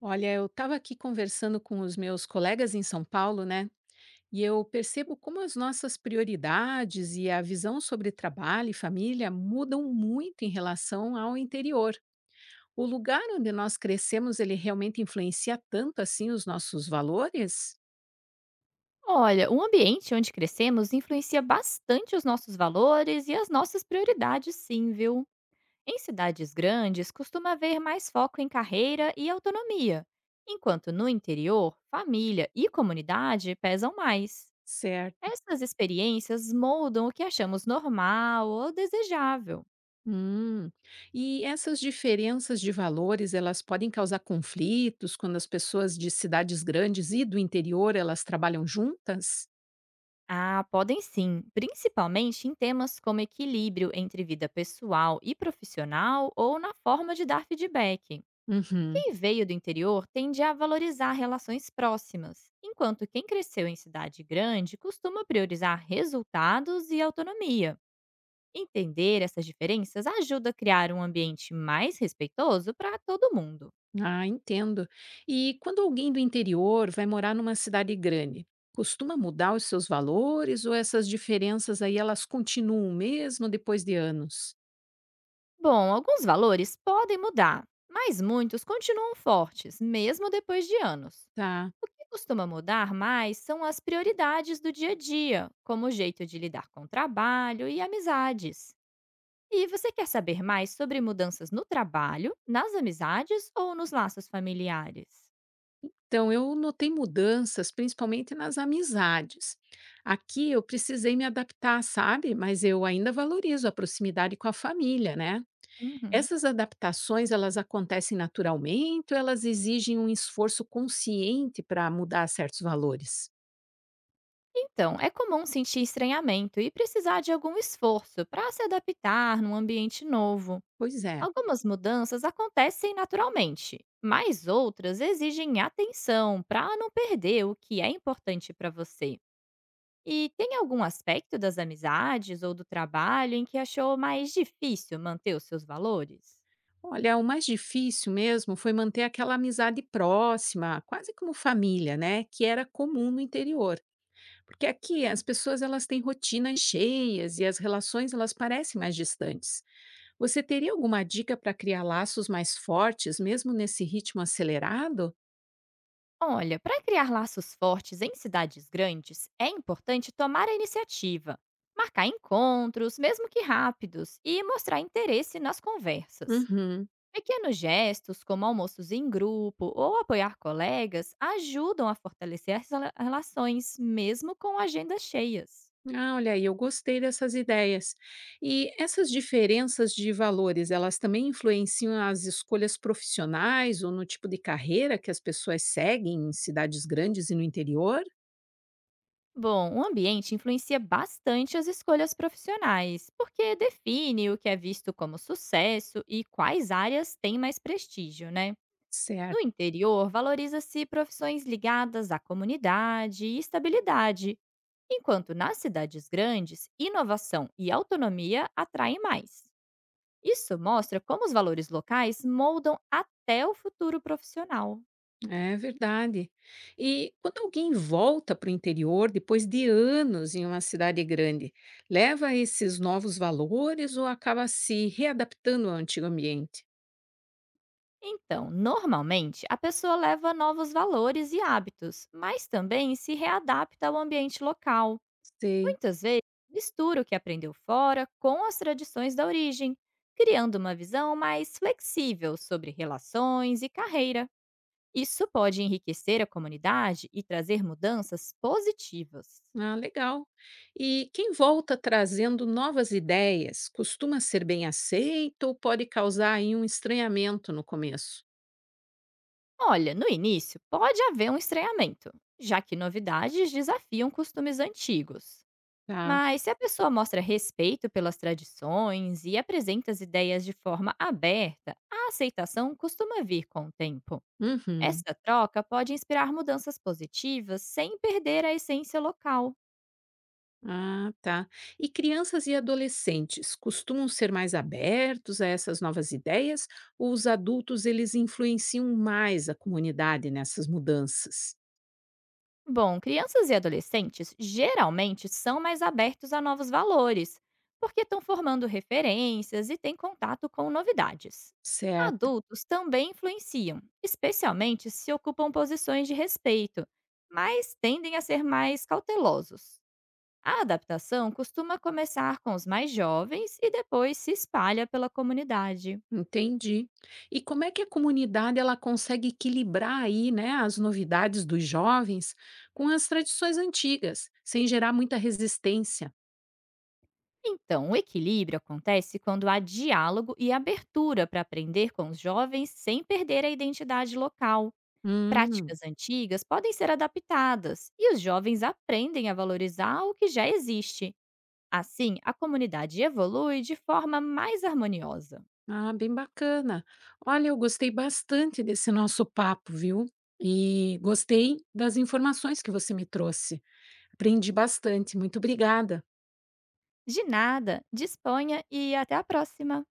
Olha, eu estava aqui conversando com os meus colegas em São Paulo, né? E eu percebo como as nossas prioridades e a visão sobre trabalho e família mudam muito em relação ao interior. O lugar onde nós crescemos, ele realmente influencia tanto assim os nossos valores? Olha, o ambiente onde crescemos influencia bastante os nossos valores e as nossas prioridades, sim, viu? Em cidades grandes, costuma haver mais foco em carreira e autonomia, enquanto no interior, família e comunidade pesam mais. Certo. Essas experiências moldam o que achamos normal ou desejável. Hum. E essas diferenças de valores, elas podem causar conflitos quando as pessoas de cidades grandes e do interior, elas trabalham juntas? Ah, podem sim, principalmente em temas como equilíbrio entre vida pessoal e profissional ou na forma de dar feedback. Uhum. Quem veio do interior tende a valorizar relações próximas, enquanto quem cresceu em cidade grande costuma priorizar resultados e autonomia. Entender essas diferenças ajuda a criar um ambiente mais respeitoso para todo mundo. Ah, entendo. E quando alguém do interior vai morar numa cidade grande, costuma mudar os seus valores ou essas diferenças aí elas continuam mesmo depois de anos? Bom, alguns valores podem mudar, mas muitos continuam fortes, mesmo depois de anos. Tá. O que costuma mudar mais são as prioridades do dia a dia, como o jeito de lidar com o trabalho e amizades. E você quer saber mais sobre mudanças no trabalho, nas amizades ou nos laços familiares? Então eu notei mudanças, principalmente nas amizades. Aqui eu precisei me adaptar, sabe? Mas eu ainda valorizo a proximidade com a família, né? Uhum. Essas adaptações, elas acontecem naturalmente ou elas exigem um esforço consciente para mudar certos valores? Então, é comum sentir estranhamento e precisar de algum esforço para se adaptar num ambiente novo. Pois é. Algumas mudanças acontecem naturalmente, mas outras exigem atenção para não perder o que é importante para você. E tem algum aspecto das amizades ou do trabalho em que achou mais difícil manter os seus valores? Olha, o mais difícil mesmo foi manter aquela amizade próxima, quase como família, né, que era comum no interior. Porque aqui as pessoas elas têm rotinas cheias e as relações elas parecem mais distantes. Você teria alguma dica para criar laços mais fortes mesmo nesse ritmo acelerado? Olha, para criar laços fortes em cidades grandes, é importante tomar a iniciativa, marcar encontros, mesmo que rápidos, e mostrar interesse nas conversas. Uhum. Pequenos gestos, como almoços em grupo ou apoiar colegas, ajudam a fortalecer as relações, mesmo com agendas cheias. Ah, olha aí, eu gostei dessas ideias. E essas diferenças de valores, elas também influenciam as escolhas profissionais ou no tipo de carreira que as pessoas seguem em cidades grandes e no interior? Bom, o ambiente influencia bastante as escolhas profissionais, porque define o que é visto como sucesso e quais áreas têm mais prestígio, né? No Certo. interior, valoriza-se profissões ligadas à comunidade e estabilidade, enquanto nas cidades grandes, inovação e autonomia atraem mais. Isso mostra como os valores locais moldam até o futuro profissional. É verdade. E quando alguém volta para o interior depois de anos em uma cidade grande, leva esses novos valores ou acaba se readaptando ao antigo ambiente? Então, normalmente, a pessoa leva novos valores e hábitos, mas também se readapta ao ambiente local. Sei. Muitas vezes, mistura o que aprendeu fora com as tradições da origem, criando uma visão mais flexível sobre relações e carreira. Isso pode enriquecer a comunidade e trazer mudanças positivas. Ah, legal. E quem volta trazendo novas ideias costuma ser bem aceito ou pode causar aí um estranhamento no começo? Olha, no início pode haver um estranhamento, já que novidades desafiam costumes antigos. Tá. Mas se a pessoa mostra respeito pelas tradições e apresenta as ideias de forma aberta, a aceitação costuma vir com o tempo. Uhum. Essa troca pode inspirar mudanças positivas sem perder a essência local. Ah, tá. E crianças e adolescentes costumam ser mais abertos a essas novas ideias ou os adultos eles influenciam mais a comunidade nessas mudanças? Bom, crianças e adolescentes geralmente são mais abertos a novos valores, porque estão formando referências e têm contato com novidades. Certo. Adultos também influenciam, especialmente se ocupam posições de respeito, mas tendem a ser mais cautelosos. A adaptação costuma começar com os mais jovens e depois se espalha pela comunidade. Entendi. E como é que a comunidade ela consegue equilibrar aí, né, as novidades dos jovens com as tradições antigas, sem gerar muita resistência? Então, o equilíbrio acontece quando há diálogo e abertura para aprender com os jovens sem perder a identidade local. Hum, Práticas antigas podem ser adaptadas e os jovens aprendem a valorizar o que já existe. Assim, a comunidade evolui de forma mais harmoniosa. ah, bem bacana. Olha, eu gostei bastante desse nosso papo, viu? E gostei das informações que você me trouxe. Aprendi bastante. Muito obrigada. De nada, disponha e até a próxima!